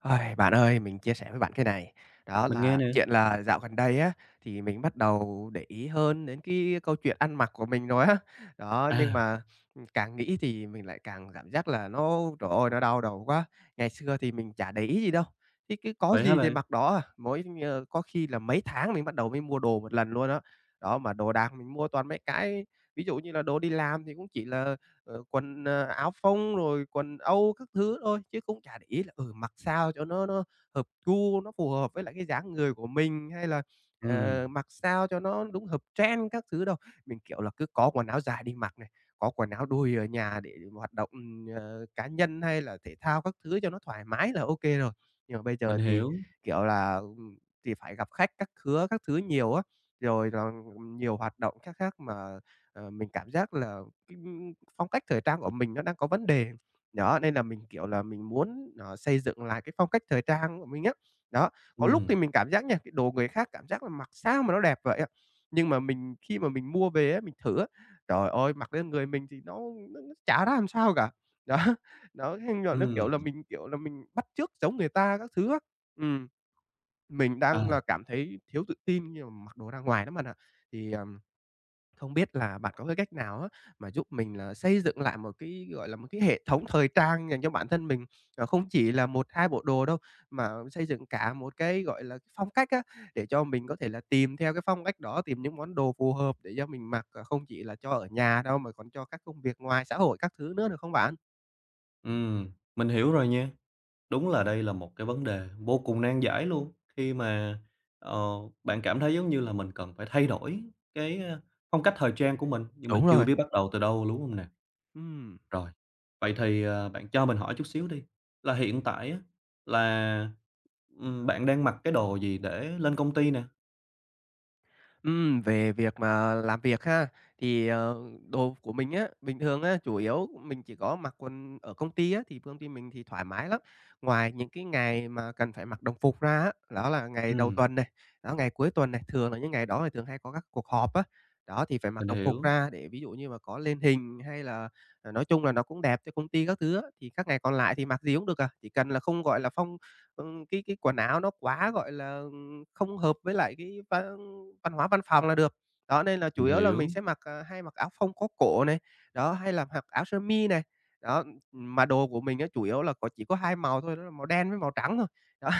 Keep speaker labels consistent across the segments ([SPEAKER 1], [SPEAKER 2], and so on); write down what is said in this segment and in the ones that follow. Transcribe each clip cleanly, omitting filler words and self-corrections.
[SPEAKER 1] Ôi, bạn ơi, mình chia sẻ với bạn cái này, đó
[SPEAKER 2] Mình nghe
[SPEAKER 1] là
[SPEAKER 2] nè.
[SPEAKER 1] chuyện là dạo gần đây á, thì mình bắt đầu để ý hơn đến cái câu chuyện ăn mặc của mình rồi á. Đó,
[SPEAKER 2] À,
[SPEAKER 1] nhưng mà, càng nghĩ thì mình lại càng cảm giác là nó, trời ơi, nó đau đầu quá. Ngày xưa thì mình chả để ý gì đâu, thì cứ có
[SPEAKER 2] vậy hả
[SPEAKER 1] gì thì
[SPEAKER 2] bạn?
[SPEAKER 1] mặc đó à, mỗi có khi là mấy tháng mình bắt đầu mới mua đồ một lần luôn đó. Đó, mà đồ đạc mình mua toàn mấy cái ví dụ như là đồ đi làm thì cũng chỉ là quần, áo phông rồi quần âu các thứ thôi, chứ cũng chả để ý là, ừ, mặc sao cho nó hợp gu, nó phù hợp với lại cái dáng người của mình, hay là,
[SPEAKER 2] Ừm,
[SPEAKER 1] mặc sao cho nó đúng hợp trend các thứ đâu. Mình, kiểu là, cứ có quần áo dài đi mặc này, có quần áo đùi ở nhà để hoạt động, cá nhân hay là thể thao các thứ cho nó thoải mái là ok rồi. Nhưng mà bây
[SPEAKER 2] mình
[SPEAKER 1] giờ thì,
[SPEAKER 2] hiểu.
[SPEAKER 1] kiểu là, thì phải gặp khách các khứa các thứ nhiều á, rồi là nhiều hoạt động khác khác mà, mình cảm giác là cái, phong cách thời trang của mình nó đang có vấn đề. Đó, nên là mình, kiểu là, mình muốn, xây dựng lại cái phong cách thời trang của mình á. Đó, có lúc
[SPEAKER 2] Ừm,
[SPEAKER 1] thì mình cảm giác nha, cái đồ người khác cảm giác là mặc sao mà nó đẹp vậy á, nhưng mà mình khi mà mình mua về á, mình thử á, trời ơi, mặc lên người mình thì nó chả ra làm sao cả. Đó, đó, thế là nó,
[SPEAKER 2] ừm,
[SPEAKER 1] kiểu là, mình bắt chước giống người ta các thứ á. Ừm, mình đang
[SPEAKER 2] à,
[SPEAKER 1] là cảm thấy thiếu tự tin khi mà mặc đồ ra ngoài lắm bạn ạ. Thì, không biết là bạn có cái cách nào á, mà giúp mình là xây dựng lại một cái, gọi là, một cái hệ thống thời trang dành cho bản thân mình, không chỉ là một 2 bộ đồ đâu, mà xây dựng cả một cái, gọi là, cái phong cách á, để cho mình có thể là tìm theo cái phong cách đó, tìm những món đồ phù hợp để cho mình mặc, không chỉ là cho ở nhà đâu mà còn cho các công việc ngoài xã hội các thứ nữa, được không bạn?
[SPEAKER 2] mình hiểu rồi nha. Đúng là đây là một cái vấn đề vô cùng nan giải luôn, khi mà, ờ, bạn cảm thấy giống như là mình cần phải thay đổi cái phong cách thời trang của mình, nhưng mà
[SPEAKER 1] Đúng
[SPEAKER 2] chưa
[SPEAKER 1] rồi.
[SPEAKER 2] biết bắt đầu từ đâu, đúng không nè?
[SPEAKER 1] Ừm.
[SPEAKER 2] Rồi, vậy thì, bạn cho mình hỏi chút xíu đi, là hiện tại á, là, bạn đang mặc cái đồ gì để lên công ty nè?
[SPEAKER 1] Về việc mà làm việc ha, thì, đồ của mình á, bình thường á, chủ yếu mình chỉ có mặc quần ở công ty á, thì công ty mình thì thoải mái lắm. Ngoài những cái ngày mà cần phải mặc đồng phục ra á, đó là ngày đầu
[SPEAKER 2] Ừm,
[SPEAKER 1] tuần này, đó, ngày cuối tuần này, thường là những ngày đó thì thường hay có các cuộc họp á, đó, thì phải mặc
[SPEAKER 2] mình
[SPEAKER 1] đồng phục
[SPEAKER 2] hiểu,
[SPEAKER 1] ra để ví dụ như mà có lên hình hay là, nói chung là nó cũng đẹp cho công ty các thứ á. Thì các ngày còn lại thì mặc gì cũng được à, chỉ cần là không, gọi là, phong cái quần áo nó quá, gọi là, ừ, không hợp với lại cái văn hóa văn phòng là được. Đó, nên là chủ
[SPEAKER 2] mình
[SPEAKER 1] yếu là mình
[SPEAKER 2] hiểu.
[SPEAKER 1] sẽ mặc, à, hay mặc áo phông có cổ này, đó, hay là mặc áo sơ mi này. Đó, mà đồ của mình á chủ yếu là có chỉ có 2 màu thôi, đó là màu đen với màu trắng thôi. Đó.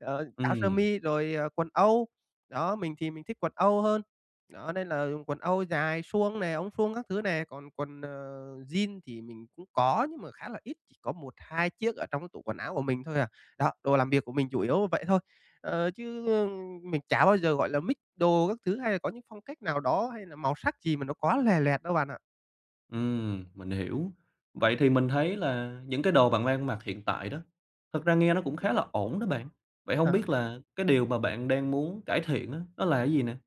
[SPEAKER 1] Ờ, áo sơ
[SPEAKER 2] Ừm.
[SPEAKER 1] mi rồi, quần Âu. Đó, mình thì mình thích quần Âu hơn. Đó, nên là dùng quần Âu dài, suông nè, ống suông các thứ nè, còn quần, jean thì mình cũng có nhưng mà khá là ít, chỉ có một hai chiếc ở trong cái tủ quần áo của mình thôi à. Đó, đồ làm việc của mình chủ yếu vậy thôi. Ờ, chứ, mình chả bao giờ, gọi là, mix đồ các thứ hay là có những phong cách nào đó hay là màu sắc gì mà nó quá lòe loẹt đâu bạn ạ.
[SPEAKER 2] Mình hiểu. Vậy thì mình thấy là những cái đồ bạn đang mặc hiện tại đó, thật ra nghe nó cũng khá là ổn đó bạn. Vậy không
[SPEAKER 1] Ờ.
[SPEAKER 2] biết là cái điều mà bạn đang muốn cải thiện á, nó là cái gì nè?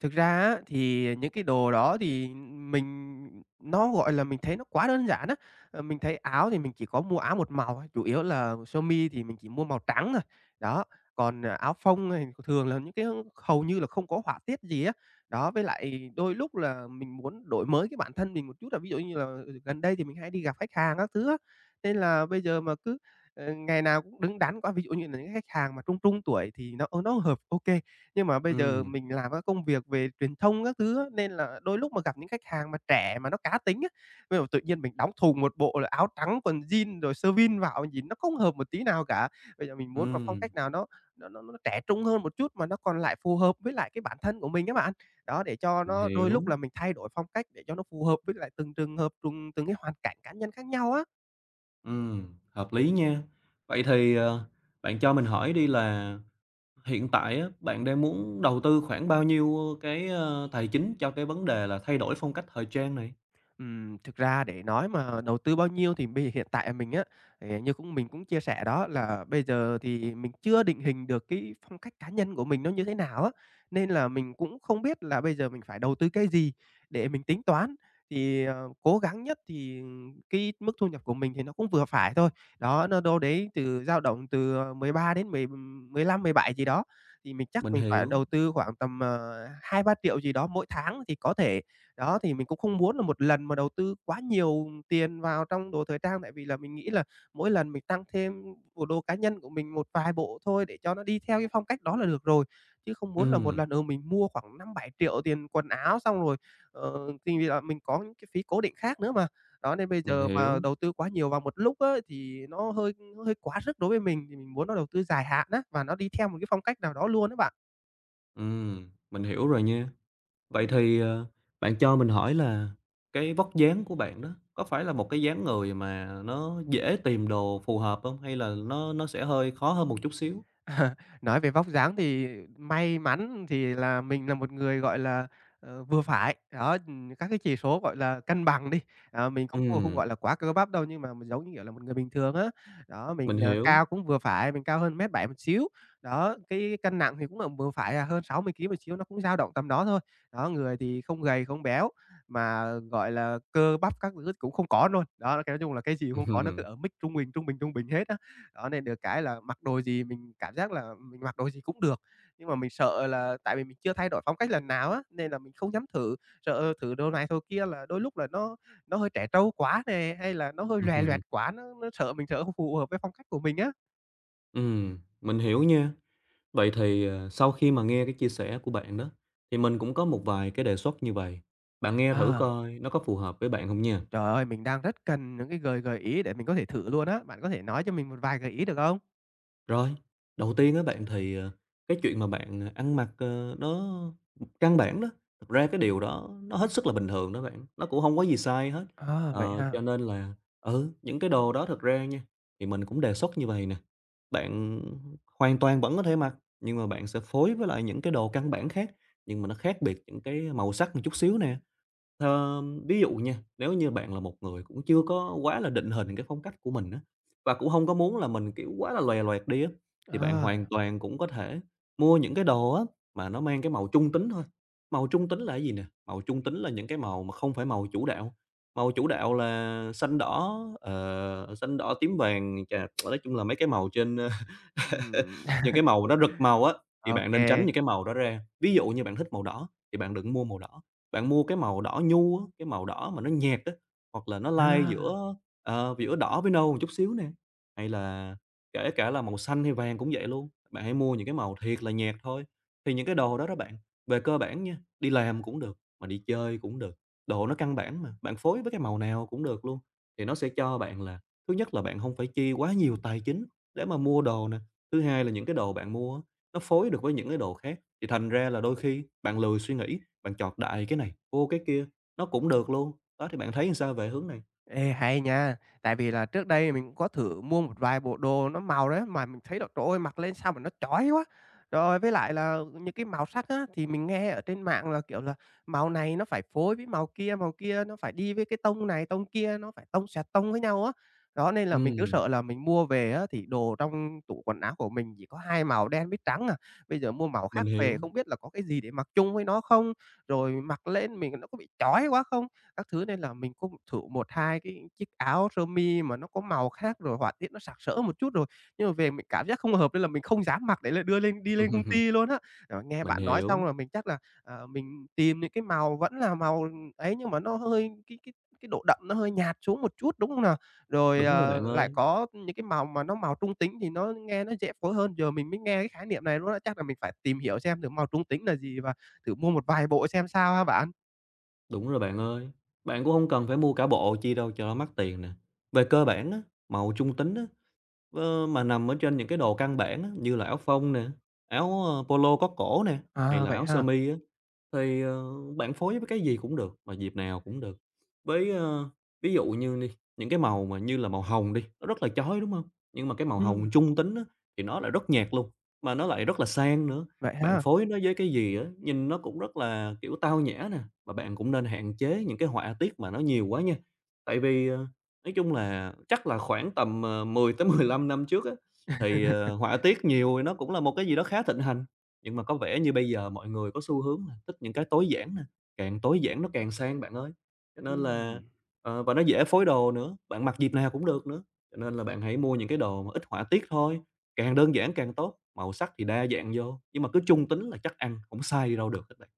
[SPEAKER 1] Thực ra á, thì những cái đồ đó thì mình nó, gọi là, mình thấy nó quá đơn giản á. Ờ, mình thấy áo thì mình chỉ có mua áo một màu thôi, chủ yếu là sơ mi thì mình chỉ mua màu trắng thôi. Đó, còn, à, áo phông thì thường là những cái hầu như là không có họa tiết gì á. Đó, với lại đôi lúc là mình muốn đổi mới cái bản thân mình một chút là ví dụ như là, ừ, gần đây thì mình hay đi gặp khách hàng các thứ á, nên là bây giờ mà cứ, ngày nào cũng đứng đắn quá, ví dụ như là những khách hàng mà trung trung tuổi thì nó, nó hợp OK. Nhưng mà bây giờ
[SPEAKER 2] Ừm,
[SPEAKER 1] mình làm các công việc về truyền thông các thứ á, nên là đôi lúc mà gặp những khách hàng mà trẻ mà nó cá tính á, bây giờ tự nhiên mình đóng thùng một bộ là áo trắng, quần jean rồi sơ vin vào, nhìn nó không hợp một tí nào cả. Bây giờ mình muốn mà phong
[SPEAKER 2] ừm,
[SPEAKER 1] cách nào nó trẻ trung hơn một chút mà nó còn lại phù hợp với lại cái bản thân của mình các bạn. Đó, để cho
[SPEAKER 2] mình
[SPEAKER 1] nó đôi lúc
[SPEAKER 2] hiểu.
[SPEAKER 1] là mình thay đổi phong cách để cho nó phù hợp với lại từng trường hợp, từng từng cái hoàn cảnh cá nhân khác nhau á.
[SPEAKER 2] Hợp lý nha. Vậy thì, bạn cho mình hỏi đi là hiện tại á, bạn đang muốn đầu tư khoảng bao nhiêu tài chính cho cái vấn đề là thay đổi phong cách thời trang này?
[SPEAKER 1] Thực ra để nói mà đầu tư bao nhiêu thì bây giờ hiện tại mình á, thì như cũng mình cũng chia sẻ đó là bây giờ thì mình chưa định hình được cái phong cách cá nhân của mình nó như thế nào á, nên là mình cũng không biết là bây giờ mình phải đầu tư cái gì để mình tính toán. Thì, cố gắng nhất thì cái mức thu nhập của mình thì nó cũng vừa phải thôi. Đó, nó đâu đấy từ dao động từ, 13 đến mười 15 17 gì đó, thì mình chắc
[SPEAKER 2] Mình
[SPEAKER 1] mình phải
[SPEAKER 2] hiểu.
[SPEAKER 1] đầu tư khoảng tầm, hai ba triệu gì đó mỗi tháng thì có thể. Đó, thì mình cũng không muốn là một lần mà đầu tư quá nhiều tiền vào trong đồ thời trang, tại vì là mình nghĩ là mỗi lần mình tăng thêm bộ đồ cá nhân của mình một vài bộ thôi để cho nó đi theo cái phong cách đó là được rồi, chứ không muốn là một
[SPEAKER 2] Ừm,
[SPEAKER 1] lần, ừ, mình mua khoảng năm bảy triệu tiền quần áo xong rồi, ờ, thì vì là mình có những cái phí cố định khác nữa mà. Đó, nên bây
[SPEAKER 2] mình
[SPEAKER 1] giờ mà
[SPEAKER 2] hiểu.
[SPEAKER 1] đầu tư quá nhiều vào một lúc á, thì nó hơi quá sức đối với mình, thì mình muốn nó đầu tư dài hạn á, và nó đi theo một cái phong cách nào đó luôn á bạn.
[SPEAKER 2] Mình hiểu rồi nha. Vậy
[SPEAKER 1] Ừm.
[SPEAKER 2] thì, bạn cho mình hỏi là cái vóc dáng của bạn đó, có phải là một cái dáng người mà nó dễ tìm đồ phù hợp không? Hay là nó sẽ hơi khó hơn một chút xíu?
[SPEAKER 1] Nói về vóc dáng thì may mắn thì là mình là một người, gọi là, vừa phải, đó, các cái chỉ số, gọi là, cân bằng đi. Ờ, mình cũng không không,
[SPEAKER 2] Ừm,
[SPEAKER 1] gọi là, quá cơ bắp đâu, nhưng mà mình giống như, kiểu là, một người bình thường á. Đó,
[SPEAKER 2] mình
[SPEAKER 1] mình, à,
[SPEAKER 2] hiểu.
[SPEAKER 1] cao cũng vừa phải, mình cao hơn mét bảy một xíu. Đó, cái cân nặng thì cũng là vừa phải à, hơn 60 ký một xíu, nó cũng dao động tầm đó thôi. Đó, người thì không gầy, không béo, mà, gọi là, cơ bắp các thứ cũng không có luôn. Đó, cái nói chung là cái gì cũng không có, nó cứ ở mức trung bình, trung bình, trung bình hết á. Đó, nên được cái là mặc đồ gì mình cảm giác là mình mặc đồ gì cũng được, nhưng mà mình sợ là tại vì mình chưa thay đổi phong cách lần nào á, nên là mình không dám thử, sợ thử đồ này đồ kia là đôi lúc là nó hơi trẻ trâu quá nè, hay là nó hơi
[SPEAKER 2] Ừm,
[SPEAKER 1] lòe loẹt
[SPEAKER 2] ừm,
[SPEAKER 1] quá, nó sợ mình sợ không phù hợp với phong cách của mình á.
[SPEAKER 2] mình hiểu nha. Vậy thì, sau khi mà nghe cái chia sẻ của bạn đó, thì mình cũng có một vài cái đề xuất như vậy bạn nghe thử
[SPEAKER 1] À.
[SPEAKER 2] coi nó có phù hợp với bạn không nha.
[SPEAKER 1] Trời ơi, mình đang rất cần những cái gợi gợi ý để mình có thể thử luôn á, bạn có thể nói cho mình một vài gợi ý được không?
[SPEAKER 2] Rồi, đầu tiên á bạn thì, cái chuyện mà bạn, ăn mặc, nó căn bản đó, thực ra cái điều đó nó hết sức là bình thường đó bạn, nó cũng không có gì sai hết.
[SPEAKER 1] À, vậy
[SPEAKER 2] Ờ,
[SPEAKER 1] ha?
[SPEAKER 2] cho nên là những cái đồ đó thực ra nha, thì mình cũng đề xuất như vậy nè, bạn hoàn toàn vẫn có thể mặc, nhưng mà bạn sẽ phối với lại những cái đồ căn bản khác, nhưng mà nó khác biệt những cái màu sắc một chút xíu nè. Ví dụ nha, nếu như bạn là một người cũng chưa có quá là định hình cái phong cách của mình á, và cũng không có muốn là mình, kiểu, quá là lòe loẹt đi á, thì bạn
[SPEAKER 1] À.
[SPEAKER 2] hoàn
[SPEAKER 1] À,
[SPEAKER 2] toàn cũng có thể mua những cái đồ á mà nó mang cái màu trung tính thôi. Màu trung tính là cái gì nè? Màu trung tính là những cái màu mà không phải màu chủ đạo là xanh đỏ, tím vàng, chà, nói chung là mấy cái màu trên.
[SPEAKER 1] ừm,
[SPEAKER 2] Những cái màu nó rực màu á, thì
[SPEAKER 1] ô.
[SPEAKER 2] bạn nên tránh những cái màu đó ra. Ví dụ như bạn thích màu đỏ thì bạn đừng mua màu đỏ, bạn mua cái màu đỏ nhu á, cái màu đỏ mà nó nhạt á, hoặc là nó lai
[SPEAKER 1] À.
[SPEAKER 2] giữa đỏ với nâu một chút xíu nè, hay là kể cả là màu xanh hay vàng cũng vậy luôn. Bạn hãy mua những cái màu thiệt là nhạt thôi. Thì những cái đồ đó đó bạn, về cơ bản nha, đi làm cũng được, mà đi chơi cũng được, đồ nó căn bản mà, bạn phối với cái màu nào cũng được luôn. Thì nó sẽ cho bạn là thứ nhất là bạn không phải chi quá nhiều tài chính để mà mua đồ nè. Thứ hai là những cái đồ bạn mua á, nó phối được với những cái đồ khác, thì thành ra là đôi khi bạn lười suy nghĩ, bạn chọn đại cái này, vô cái kia, nó cũng được luôn. Đó, thì bạn thấy làm sao về hướng này?
[SPEAKER 1] Ê, hay nha. Tại vì là trước đây mình cũng có thử mua một vài bộ đồ nó màu đấy mà mình thấy là trời ơi, mặc lên sao mà nó chói quá. Rồi với lại là những cái màu sắc á, thì mình nghe ở trên mạng là, kiểu là, màu này nó phải phối với màu kia nó phải đi với cái tông này, tông kia, nó phải tông xoẹt tông với nhau á. Đó, nên là mình cứ
[SPEAKER 2] Ừm,
[SPEAKER 1] sợ là mình mua về á, thì đồ trong tủ quần áo của mình chỉ có hai màu đen với trắng à. Bây giờ mua màu
[SPEAKER 2] mình
[SPEAKER 1] khác về
[SPEAKER 2] hiểu.
[SPEAKER 1] không biết là có cái gì để mặc chung với nó không? Rồi mặc lên mình nó có bị chói quá không? Các thứ nên là mình cũng thử một 2 cái chiếc áo sơ mi mà nó có màu khác rồi họa tiết nó sặc sỡ một chút rồi, nhưng mà về mình cảm giác không hợp nên là mình không dám mặc để là đưa lên đi lên công ty luôn á. Ờ, nghe
[SPEAKER 2] Mình
[SPEAKER 1] bạn nói xong
[SPEAKER 2] hiểu.
[SPEAKER 1] là mình chắc là, mình tìm những cái màu vẫn là màu ấy nhưng mà nó hơi cái độ đậm nó hơi nhạt xuống một chút, đúng không nào? Rồi,
[SPEAKER 2] Đúng rồi bạn
[SPEAKER 1] lại
[SPEAKER 2] ơi,
[SPEAKER 1] có những cái màu mà nó màu trung tính thì nó nghe nó dễ phối hơn. Giờ mình mới nghe cái khái niệm này luôn á, chắc là mình phải tìm hiểu xem thử màu trung tính là gì và thử mua một vài bộ xem sao ha bạn?
[SPEAKER 2] đúng rồi bạn ơi. Bạn cũng không cần phải mua cả bộ chi đâu cho nó mắc tiền nè. Về cơ bản á, màu trung tính á, mà nằm ở trên những cái đồ căn bản á, như là áo phông nè, áo, polo có cổ nè, hay
[SPEAKER 1] À,
[SPEAKER 2] là
[SPEAKER 1] vậy
[SPEAKER 2] áo sơ
[SPEAKER 1] ha?
[SPEAKER 2] mi á. Thì, bạn phối với cái gì cũng được, mà dịp nào cũng được. Với, ví dụ như đi, những cái màu mà như là màu hồng đi, nó rất là chói, đúng không? Nhưng mà cái màu
[SPEAKER 1] Ừm.
[SPEAKER 2] hồng trung tính á, thì nó lại rất nhạt luôn, mà nó lại rất là sang nữa.
[SPEAKER 1] Vậy
[SPEAKER 2] Bạn
[SPEAKER 1] ha?
[SPEAKER 2] phối nó với cái gì á, nhìn nó cũng rất là, kiểu, tao nhã nè, mà bạn cũng nên hạn chế những cái họa tiết mà nó nhiều quá nha. Tại vì, nói chung là chắc là khoảng tầm, 10 tới 15 năm trước á, thì, họa tiết nhiều thì nó cũng là một cái gì đó khá thịnh hành. Nhưng mà có vẻ như bây giờ mọi người có xu hướng là thích những cái tối giản nè, càng tối giản nó càng sang bạn ơi. Cho nên là
[SPEAKER 1] Ừm.
[SPEAKER 2] và nó dễ phối đồ nữa, bạn mặc dịp nào cũng được nữa. Cho nên là bạn hãy mua những cái đồ mà ít họa tiết thôi, càng đơn giản càng tốt, màu sắc thì đa dạng vô, nhưng mà cứ trung tính là chắc ăn, hổng sai đi đâu được hết bạn.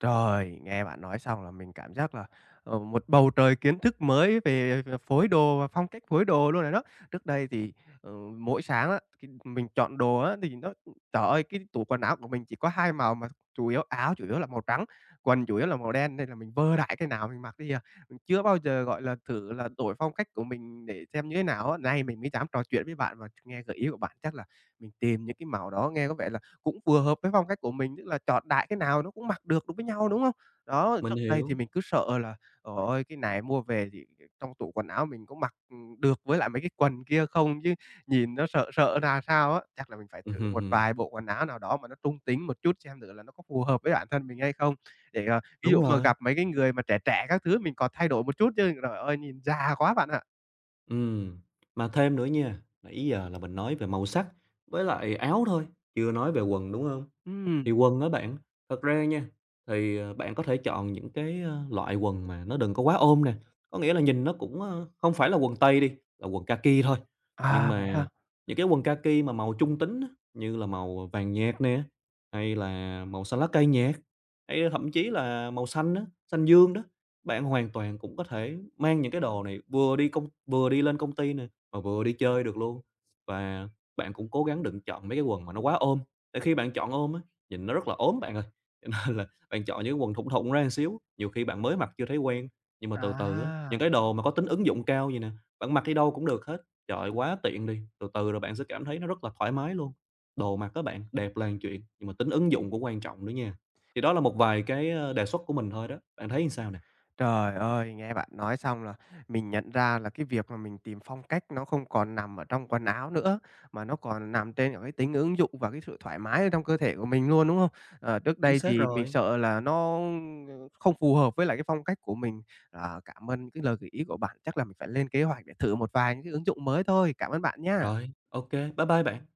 [SPEAKER 1] Trời, nghe bạn nói xong là mình cảm giác là, một bầu trời kiến thức mới về về phối đồ và phong cách phối đồ luôn rồi đó. Trước đây thì, ờ, mỗi sáng á, thì mình chọn đồ á, thì nó trời ơi, cái tủ quần áo của mình chỉ có 2 màu mà chủ yếu là màu trắng, quần chủ yếu là màu đen nên là mình vơ đại cái nào mình mặc đấy à. Mình chưa bao giờ, gọi là, thử là đổi phong cách của mình để xem như thế nào á. Nay mình mới dám trò chuyện với bạn và nghe gợi ý của bạn, chắc là mình tìm những cái màu đó nghe có vẻ cũng vừa hợp với phong cách của mình, tức là chọn đại cái nào nó cũng mặc được đúng với nhau, đúng không? Đó,
[SPEAKER 2] Mình
[SPEAKER 1] trước đây thì
[SPEAKER 2] hiểu.
[SPEAKER 1] mình cứ sợ là, trời ơi, cái này mua về thì trong tủ quần áo mình có mặc, được với lại mấy cái quần kia không chứ nhìn nó sợ sợ ra sao á. Chắc là mình phải thử
[SPEAKER 2] Hừm,
[SPEAKER 1] một
[SPEAKER 2] hừm.
[SPEAKER 1] vài bộ quần áo nào đó mà nó trung tính một chút xem thử là nó có phù hợp với bản thân mình hay không, để, ví
[SPEAKER 2] Đúng
[SPEAKER 1] dụ mà
[SPEAKER 2] rồi,
[SPEAKER 1] gặp mấy cái người mà trẻ trẻ các thứ mình còn thay đổi một chút chứ, trời ơi, nhìn già quá bạn ạ.
[SPEAKER 2] ừm. Mà thêm nữa nha, nãy giờ là mình nói về màu sắc với lại áo thôi, chưa nói về quần, đúng không? Thì
[SPEAKER 1] Ừm.
[SPEAKER 2] quần á bạn, thật ra nha, bạn có thể chọn những cái, loại quần mà nó đừng có quá ôm nè, có nghĩa là nhìn nó cũng, không phải là quần tây đi, là quần kaki thôi. Nhưng
[SPEAKER 1] À,
[SPEAKER 2] mà
[SPEAKER 1] vậy ha?
[SPEAKER 2] những cái quần kaki mà màu trung tính á, như là màu vàng nhạt nè, hay là màu xanh lá cây nhạt, hay thậm chí là màu xanh á, xanh dương đó, bạn hoàn toàn cũng có thể mang những cái đồ này vừa đi lên công ty nè, mà vừa đi chơi được luôn. Và bạn cũng cố gắng đừng chọn mấy cái quần mà nó quá ôm, tại khi bạn chọn ôm á, nhìn nó rất là ốm bạn ơi, cho nên là bạn chọn những cái quần thủng thụng ra một xíu, nhiều khi bạn mới mặc chưa thấy quen, nhưng mà từ từ á, những
[SPEAKER 1] À.
[SPEAKER 2] cái đồ mà có tính ứng dụng cao vầy nè, bạn mặc đi đâu cũng được hết. Trời ơi, quá tiện đi, từ từ rồi bạn sẽ cảm thấy nó rất là thoải mái luôn. Đồ mặc á bạn, đẹp là một chuyện, nhưng mà tính ứng dụng cũng quan trọng nữa nha. Thì đó là một vài cái, đề xuất của mình thôi đó, bạn thấy như sao nè?
[SPEAKER 1] Trời ơi, nghe bạn nói xong là mình nhận ra là cái việc mà mình tìm phong cách nó không còn nằm ở trong quần áo nữa, mà nó còn nằm trên cái tính ứng dụng và cái sự thoải mái ở trong cơ thể của mình luôn, đúng không? Ờ, trước
[SPEAKER 2] Chính
[SPEAKER 1] đây
[SPEAKER 2] xác
[SPEAKER 1] thì mình
[SPEAKER 2] rồi.
[SPEAKER 1] sợ là nó không phù hợp với lại cái phong cách của mình. À, cảm ơn cái lời gợi ý của bạn, chắc là mình phải lên kế hoạch để thử một vài những cái ứng dụng mới thôi. Cảm ơn bạn nha.
[SPEAKER 2] Rồi, ok, bye bye bạn.